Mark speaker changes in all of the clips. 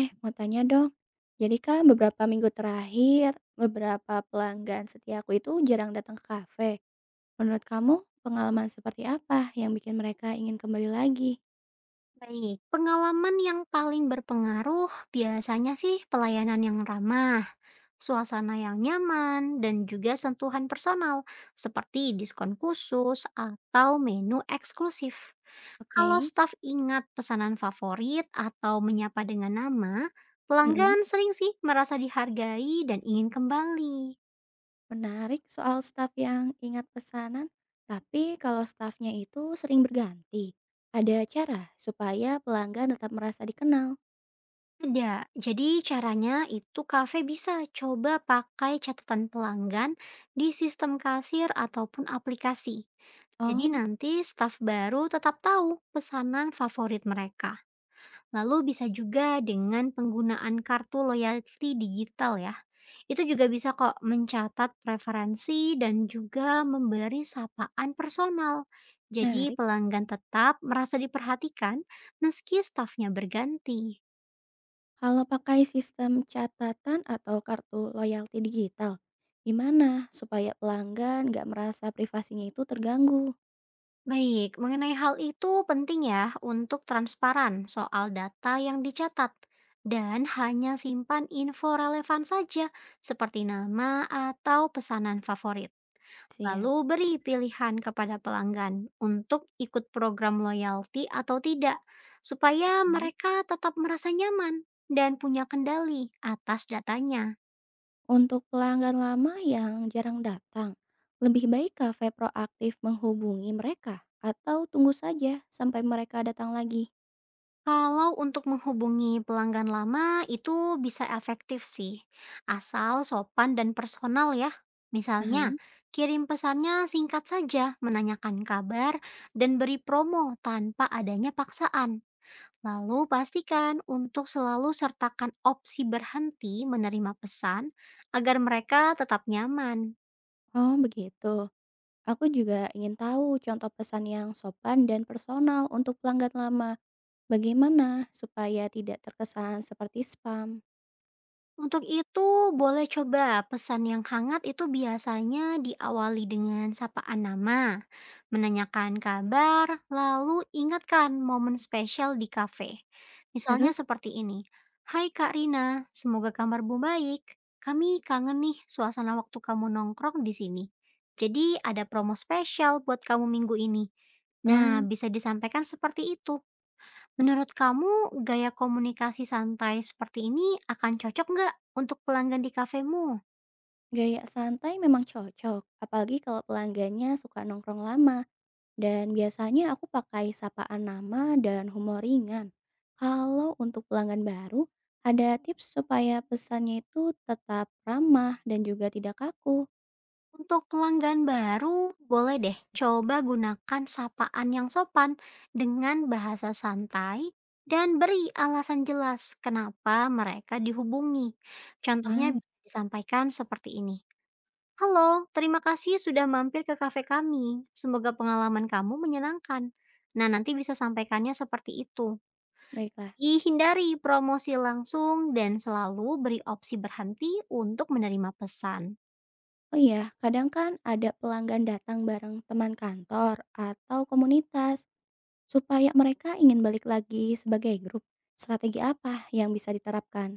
Speaker 1: Eh, mau tanya dong. Jadi kan beberapa minggu terakhir, beberapa pelanggan setiaku itu jarang datang ke kafe. Menurut kamu, pengalaman seperti apa yang bikin mereka ingin kembali lagi?
Speaker 2: Baik, pengalaman yang paling berpengaruh biasanya sih pelayanan yang ramah, suasana yang nyaman, dan juga sentuhan personal seperti diskon khusus atau menu eksklusif.
Speaker 1: Oke,
Speaker 2: Kalau staf ingat pesanan favorit atau menyapa dengan nama,
Speaker 1: mm-mm.
Speaker 2: pelanggan sering sih merasa dihargai dan ingin kembali.
Speaker 1: Menarik soal staf yang ingat pesanan. Tapi kalau stafnya itu sering berganti, ada cara supaya pelanggan tetap merasa dikenal.
Speaker 2: Ada. Jadi caranya itu kafe bisa coba pakai catatan pelanggan di sistem kasir ataupun aplikasi. Jadi
Speaker 1: Oh,
Speaker 2: nanti staf baru tetap tahu pesanan favorit mereka. Lalu bisa juga dengan penggunaan kartu loyalty digital ya. Itu juga bisa kok mencatat preferensi dan juga memberi sapaan personal. Jadi
Speaker 1: menarik.
Speaker 2: pelanggan tetap merasa diperhatikan meski stafnya berganti.
Speaker 1: Kalau pakai sistem catatan atau kartu loyalty digital, gimana supaya pelanggan nggak merasa privasinya itu terganggu?
Speaker 2: Baik, mengenai hal itu penting ya untuk transparan soal data yang dicatat dan hanya simpan info relevan saja seperti nama atau pesanan favorit.
Speaker 1: Siap.
Speaker 2: Lalu beri pilihan kepada pelanggan untuk ikut program loyalty atau tidak supaya
Speaker 1: Oke.
Speaker 2: mereka tetap merasa nyaman dan punya kendali atas datanya.
Speaker 1: Untuk pelanggan lama yang jarang datang, lebih baik kafe proaktif menghubungi mereka atau tunggu saja sampai mereka datang lagi.
Speaker 2: Kalau untuk menghubungi pelanggan lama itu bisa efektif sih, asal sopan dan personal ya.
Speaker 1: Aha.
Speaker 2: Misalnya, kirim pesannya singkat saja, menanyakan kabar, dan beri promo tanpa adanya paksaan. Lalu pastikan untuk selalu sertakan opsi berhenti menerima pesan agar mereka tetap nyaman.
Speaker 1: Oh begitu. Aku juga ingin tahu contoh pesan yang sopan dan personal untuk pelanggan lama. Bagaimana supaya tidak terkesan seperti spam?
Speaker 2: Untuk itu, boleh coba pesan yang hangat itu biasanya diawali dengan sapaan nama, menanyakan kabar, lalu ingatkan momen spesial di kafe. Misalnya
Speaker 1: Terus.
Speaker 2: seperti ini, Hai Kak Rina, semoga kabarmu baik. Kami kangen nih suasana waktu kamu nongkrong di sini. Jadi ada promo spesial buat kamu minggu ini. Nah,
Speaker 1: Oh,
Speaker 2: bisa disampaikan seperti itu. Menurut kamu, gaya komunikasi santai seperti ini akan cocok nggak untuk pelanggan di kafemu?
Speaker 1: gaya santai memang cocok, apalagi kalau pelanggannya suka nongkrong lama. Dan biasanya aku pakai sapaan nama dan humor ringan. Kalau untuk pelanggan baru, ada tips supaya pesannya itu tetap ramah dan juga tidak kaku.
Speaker 2: Untuk pelanggan baru, boleh deh coba gunakan sapaan yang sopan dengan bahasa santai dan beri alasan jelas kenapa mereka dihubungi.
Speaker 1: Ah,
Speaker 2: Contohnya bisa disampaikan seperti ini. Halo, terima kasih sudah mampir ke kafe kami. Semoga pengalaman kamu menyenangkan. Nah, nanti bisa sampaikannya seperti itu.
Speaker 1: baiklah.
Speaker 2: Hindari promosi langsung dan selalu beri opsi berhenti untuk menerima pesan.
Speaker 1: Oh iya, kadang kan ada pelanggan datang bareng teman kantor atau komunitas supaya mereka ingin balik lagi sebagai grup. Strategi apa yang bisa diterapkan?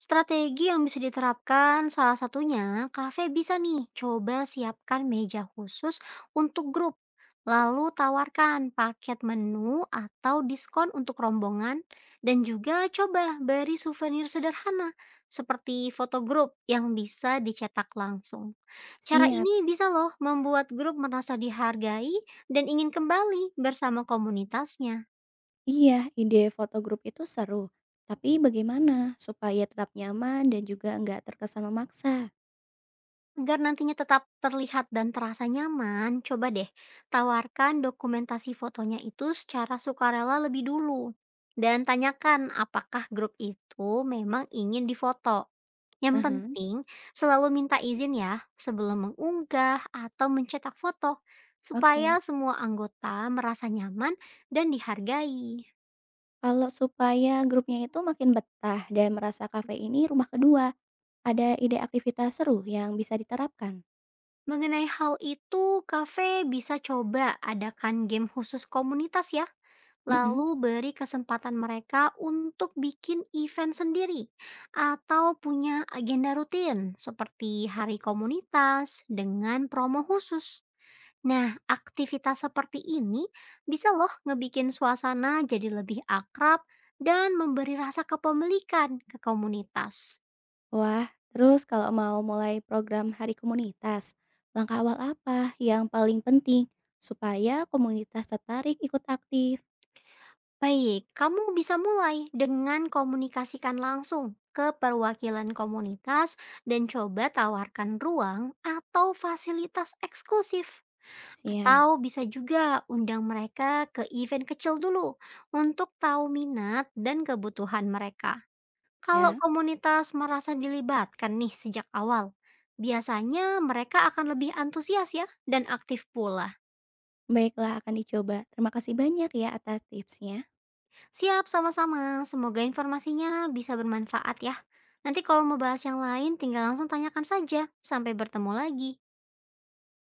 Speaker 2: Strategi yang bisa diterapkan salah satunya kafe bisa nih coba siapkan meja khusus untuk grup. Lalu tawarkan paket menu atau diskon untuk rombongan dan juga coba beri souvenir sederhana seperti foto grup yang bisa dicetak langsung. Cara
Speaker 1: Siap.
Speaker 2: ini bisa loh membuat grup merasa dihargai dan ingin kembali bersama komunitasnya.
Speaker 1: Iya, ide foto grup itu seru. Tapi bagaimana supaya tetap nyaman dan juga nggak terkesan memaksa?
Speaker 2: Agar nantinya tetap terlihat dan terasa nyaman, coba deh tawarkan dokumentasi fotonya itu secara sukarela lebih dulu. Dan tanyakan apakah grup itu memang ingin difoto. Yang
Speaker 1: Aha.
Speaker 2: penting selalu minta izin ya sebelum mengunggah atau mencetak foto
Speaker 1: Oke.
Speaker 2: supaya semua anggota merasa nyaman dan dihargai.
Speaker 1: Kalau supaya grupnya itu makin betah dan merasa kafe ini rumah kedua, ada ide aktivitas seru yang bisa diterapkan.
Speaker 2: Mengenai hal itu, kafe bisa coba adakan game khusus komunitas ya.
Speaker 1: Mm-mm.
Speaker 2: Lalu beri kesempatan mereka untuk bikin event sendiri atau punya agenda rutin seperti hari komunitas dengan promo khusus. Nah, aktivitas seperti ini bisa loh ngebikin suasana jadi lebih akrab dan memberi rasa kepemilikan ke komunitas.
Speaker 1: Wah, terus kalau mau mulai program hari komunitas, langkah awal apa yang paling penting supaya komunitas tertarik ikut aktif?
Speaker 2: Baik, kamu bisa mulai dengan komunikasikan langsung ke perwakilan komunitas dan coba tawarkan ruang atau fasilitas eksklusif.
Speaker 1: Siap,
Speaker 2: Atau bisa juga undang mereka ke event kecil dulu untuk tahu minat dan kebutuhan mereka. Kalau
Speaker 1: ya.
Speaker 2: komunitas merasa dilibatkan nih sejak awal, biasanya mereka akan lebih antusias ya dan aktif pula.
Speaker 1: Baiklah, akan dicoba. Terima kasih banyak ya atas tipsnya.
Speaker 2: Siap, sama-sama. Semoga informasinya bisa bermanfaat ya. Nanti kalau mau bahas yang lain, tinggal langsung tanyakan saja. Sampai bertemu lagi.